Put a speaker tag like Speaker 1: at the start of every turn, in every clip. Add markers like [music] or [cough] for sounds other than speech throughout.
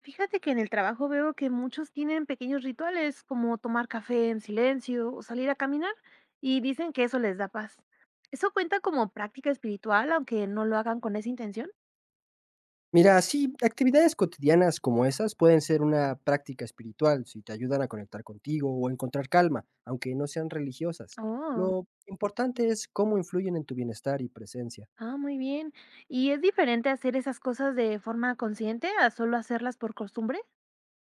Speaker 1: Fíjate que en el trabajo veo que muchos tienen pequeños rituales como tomar café en silencio o salir a caminar y dicen que eso les da paz. ¿Eso cuenta como práctica espiritual aunque no lo hagan con esa intención?
Speaker 2: Mira, sí, actividades cotidianas como esas pueden ser una práctica espiritual si te ayudan a conectar contigo o encontrar calma, aunque no sean religiosas.
Speaker 1: Oh,
Speaker 2: Lo importante es cómo influyen en tu bienestar y presencia.
Speaker 1: ah, muy bien. ¿Y es diferente hacer esas cosas de forma consciente a solo hacerlas por costumbre?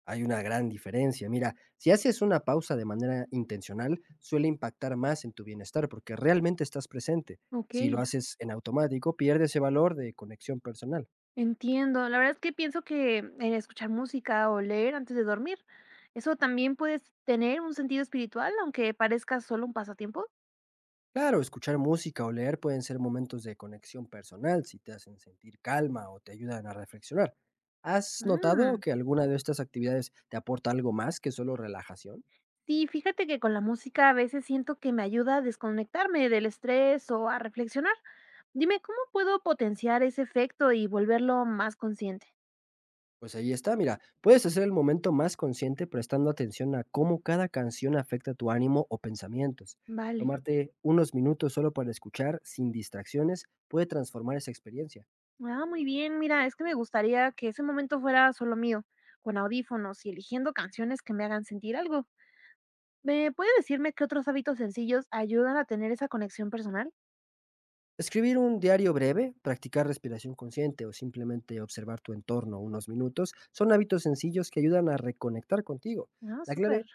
Speaker 2: Hay una gran diferencia. Mira, si haces una pausa de manera intencional, suele impactar más en tu bienestar porque realmente estás presente.
Speaker 1: Ok,
Speaker 2: Si lo haces en automático, pierdes ese valor de conexión personal.
Speaker 1: entiendo. La verdad es que pienso que el escuchar música o leer antes de dormir, eso también puede tener un sentido espiritual aunque parezca solo un pasatiempo.
Speaker 2: Claro, escuchar música o leer pueden ser momentos de conexión personal si te hacen sentir calma o te ayudan a reflexionar. ¿Has notado
Speaker 1: Mm.
Speaker 2: que alguna de estas actividades te aporta algo más que solo relajación?
Speaker 1: Sí, fíjate que con la música a veces siento que me ayuda a desconectarme del estrés o a reflexionar. Dime, ¿cómo puedo potenciar ese efecto y volverlo más consciente?
Speaker 2: Pues ahí está, mira, puedes hacer el momento más consciente prestando atención a cómo cada canción afecta tu ánimo o pensamientos.
Speaker 1: Vale.
Speaker 2: Tomarte unos minutos solo para escuchar sin distracciones puede transformar esa experiencia.
Speaker 1: Ah, muy bien. Mira, es que me gustaría que ese momento fuera solo mío, con audífonos y eligiendo canciones que me hagan sentir algo. ¿Me puede decirme qué otros hábitos sencillos ayudan a tener esa conexión personal?
Speaker 2: Escribir un diario breve, practicar respiración consciente o simplemente observar tu entorno unos minutos son hábitos sencillos que ayudan a reconectar contigo.
Speaker 1: Ah,
Speaker 2: La
Speaker 1: súper.
Speaker 2: clave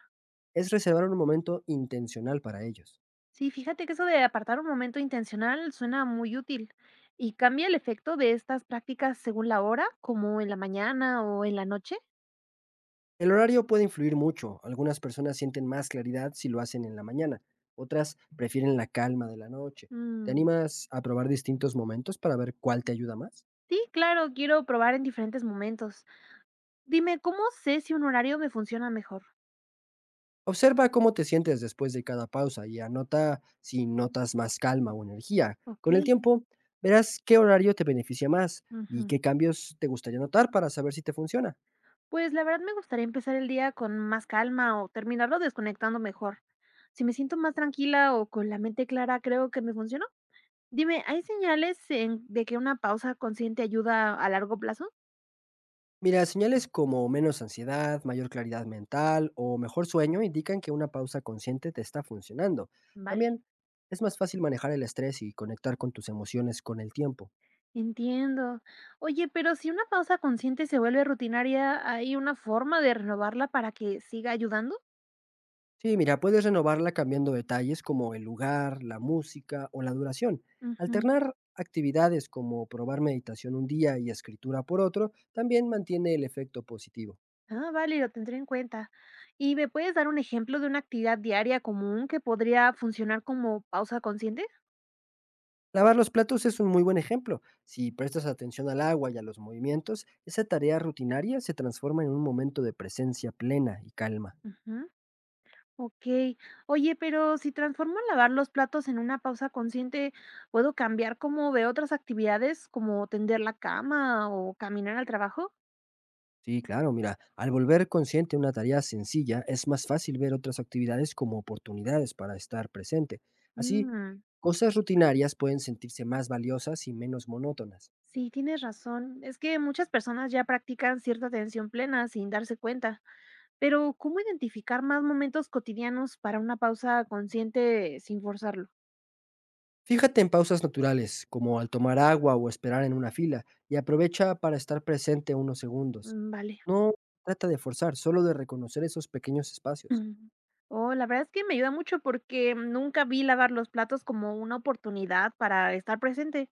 Speaker 2: es reservar un momento intencional para ellos.
Speaker 1: Sí, fíjate que eso de apartar un momento intencional suena muy útil y cambia el efecto de estas prácticas según la hora, como en la mañana o en la noche.
Speaker 2: El horario puede influir mucho. Algunas personas sienten más claridad si lo hacen en la mañana, otras prefieren la calma de la noche. ¿Te
Speaker 1: Mm,
Speaker 2: animas a probar distintos momentos para ver cuál te ayuda más?
Speaker 1: sí, claro, quiero probar en diferentes momentos. Dime, ¿cómo sé si un horario me funciona mejor?
Speaker 2: Observa cómo te sientes después de cada pausa y anota si notas más calma o energía.
Speaker 1: Ok.
Speaker 2: Con el tiempo, verás qué horario te beneficia más y
Speaker 1: Ujú.
Speaker 2: qué cambios te gustaría notar para saber si te funciona.
Speaker 1: Pues la verdad me gustaría empezar el día con más calma o terminarlo desconectando mejor. Si me siento más tranquila o con la mente clara, creo que me funcionó. Dime, ¿hay señales de que una pausa consciente ayuda a largo plazo?
Speaker 2: Mira, señales como menos ansiedad, mayor claridad mental o mejor sueño indican que una pausa consciente te está funcionando.
Speaker 1: Vale.
Speaker 2: También es más fácil manejar el estrés y conectar con tus emociones con el tiempo.
Speaker 1: Entiendo. Oye, pero si una pausa consciente se vuelve rutinaria, ¿hay una forma de renovarla para que siga ayudando?
Speaker 2: Sí, mira, puedes renovarla cambiando detalles como el lugar, la música o la duración.
Speaker 1: Ujú.
Speaker 2: Alternar actividades como probar meditación un día y escritura por otro también mantiene el efecto positivo.
Speaker 1: Ah, vale, lo tendré en cuenta. ¿Y me puedes dar un ejemplo de una actividad diaria común que podría funcionar como pausa consciente?
Speaker 2: Lavar los platos es un muy buen ejemplo. Si prestas atención al agua y a los movimientos, esa tarea rutinaria se transforma en un momento de presencia plena y calma.
Speaker 1: Ujú. Ok. Oye, pero si transformo lavar los platos en una pausa consciente, ¿puedo cambiar como de otras actividades como tender la cama o caminar al trabajo?
Speaker 2: Sí, claro, mira, al volver consciente una tarea sencilla, es más fácil ver otras actividades como oportunidades para estar presente. Así,
Speaker 1: Mm.
Speaker 2: cosas rutinarias pueden sentirse más valiosas y menos monótonas.
Speaker 1: Sí, tienes razón. Es que muchas personas ya practican cierta atención plena sin darse cuenta. Pero, ¿cómo identificar más momentos cotidianos para una pausa consciente sin forzarlo?
Speaker 2: Fíjate en pausas naturales, como al tomar agua o esperar en una fila, y aprovecha para estar presente unos segundos.
Speaker 1: Mm, vale. [clears throat]
Speaker 2: No trata de forzar, solo de reconocer esos pequeños espacios.
Speaker 1: Mm. Oh, la verdad es que me ayuda mucho porque nunca vi lavar los platos como una oportunidad para estar presente.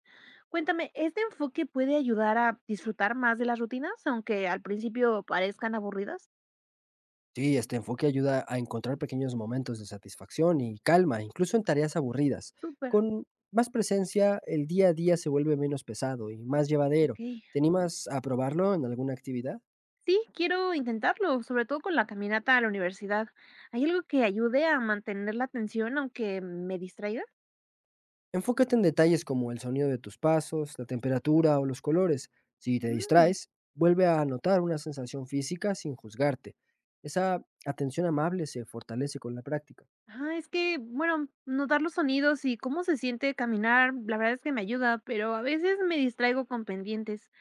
Speaker 1: Cuéntame, ¿este enfoque puede ayudar a disfrutar más de las rutinas, aunque al principio parezcan aburridas?
Speaker 2: Sí, este enfoque ayuda a encontrar pequeños momentos de satisfacción y calma, incluso en tareas aburridas.
Speaker 1: Súper,
Speaker 2: Con más presencia, el día a día se vuelve menos pesado y más
Speaker 1: ok.
Speaker 2: llevadero. ¿Te animas a probarlo en alguna actividad?
Speaker 1: Sí, quiero intentarlo, sobre todo con la caminata a la universidad. ¿Hay algo que ayude a mantener la atención aunque me distraiga?
Speaker 2: Enfócate en detalles como el sonido de tus pasos, la temperatura o los colores. Si te
Speaker 1: Mm,
Speaker 2: distraes, vuelve a notar una sensación física sin juzgarte. Esa atención amable se fortalece con la práctica.
Speaker 1: ah, es que, bueno, notar los sonidos y cómo se siente caminar, la verdad es que me ayuda, pero a veces me distraigo con pendientes.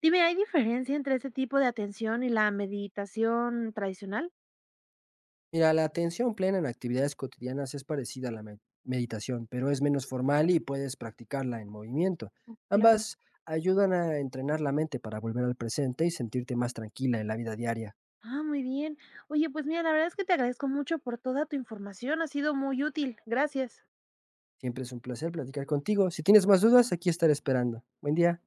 Speaker 1: Dime, ¿hay diferencia entre ese tipo de atención y la meditación tradicional?
Speaker 2: Mira, la atención plena en actividades cotidianas es parecida a la meditación, pero es menos formal y puedes practicarla en movimiento.
Speaker 1: Oh, claro.
Speaker 2: Ambas ayudan a entrenar la mente para volver al presente y sentirte más tranquila en la vida diaria.
Speaker 1: Ah, muy bien. Oye, pues mira, la verdad es que te agradezco mucho por toda tu información, ha sido muy útil. Gracias.
Speaker 2: Siempre es un placer platicar contigo. Si tienes más dudas, aquí estaré esperando. Buen día.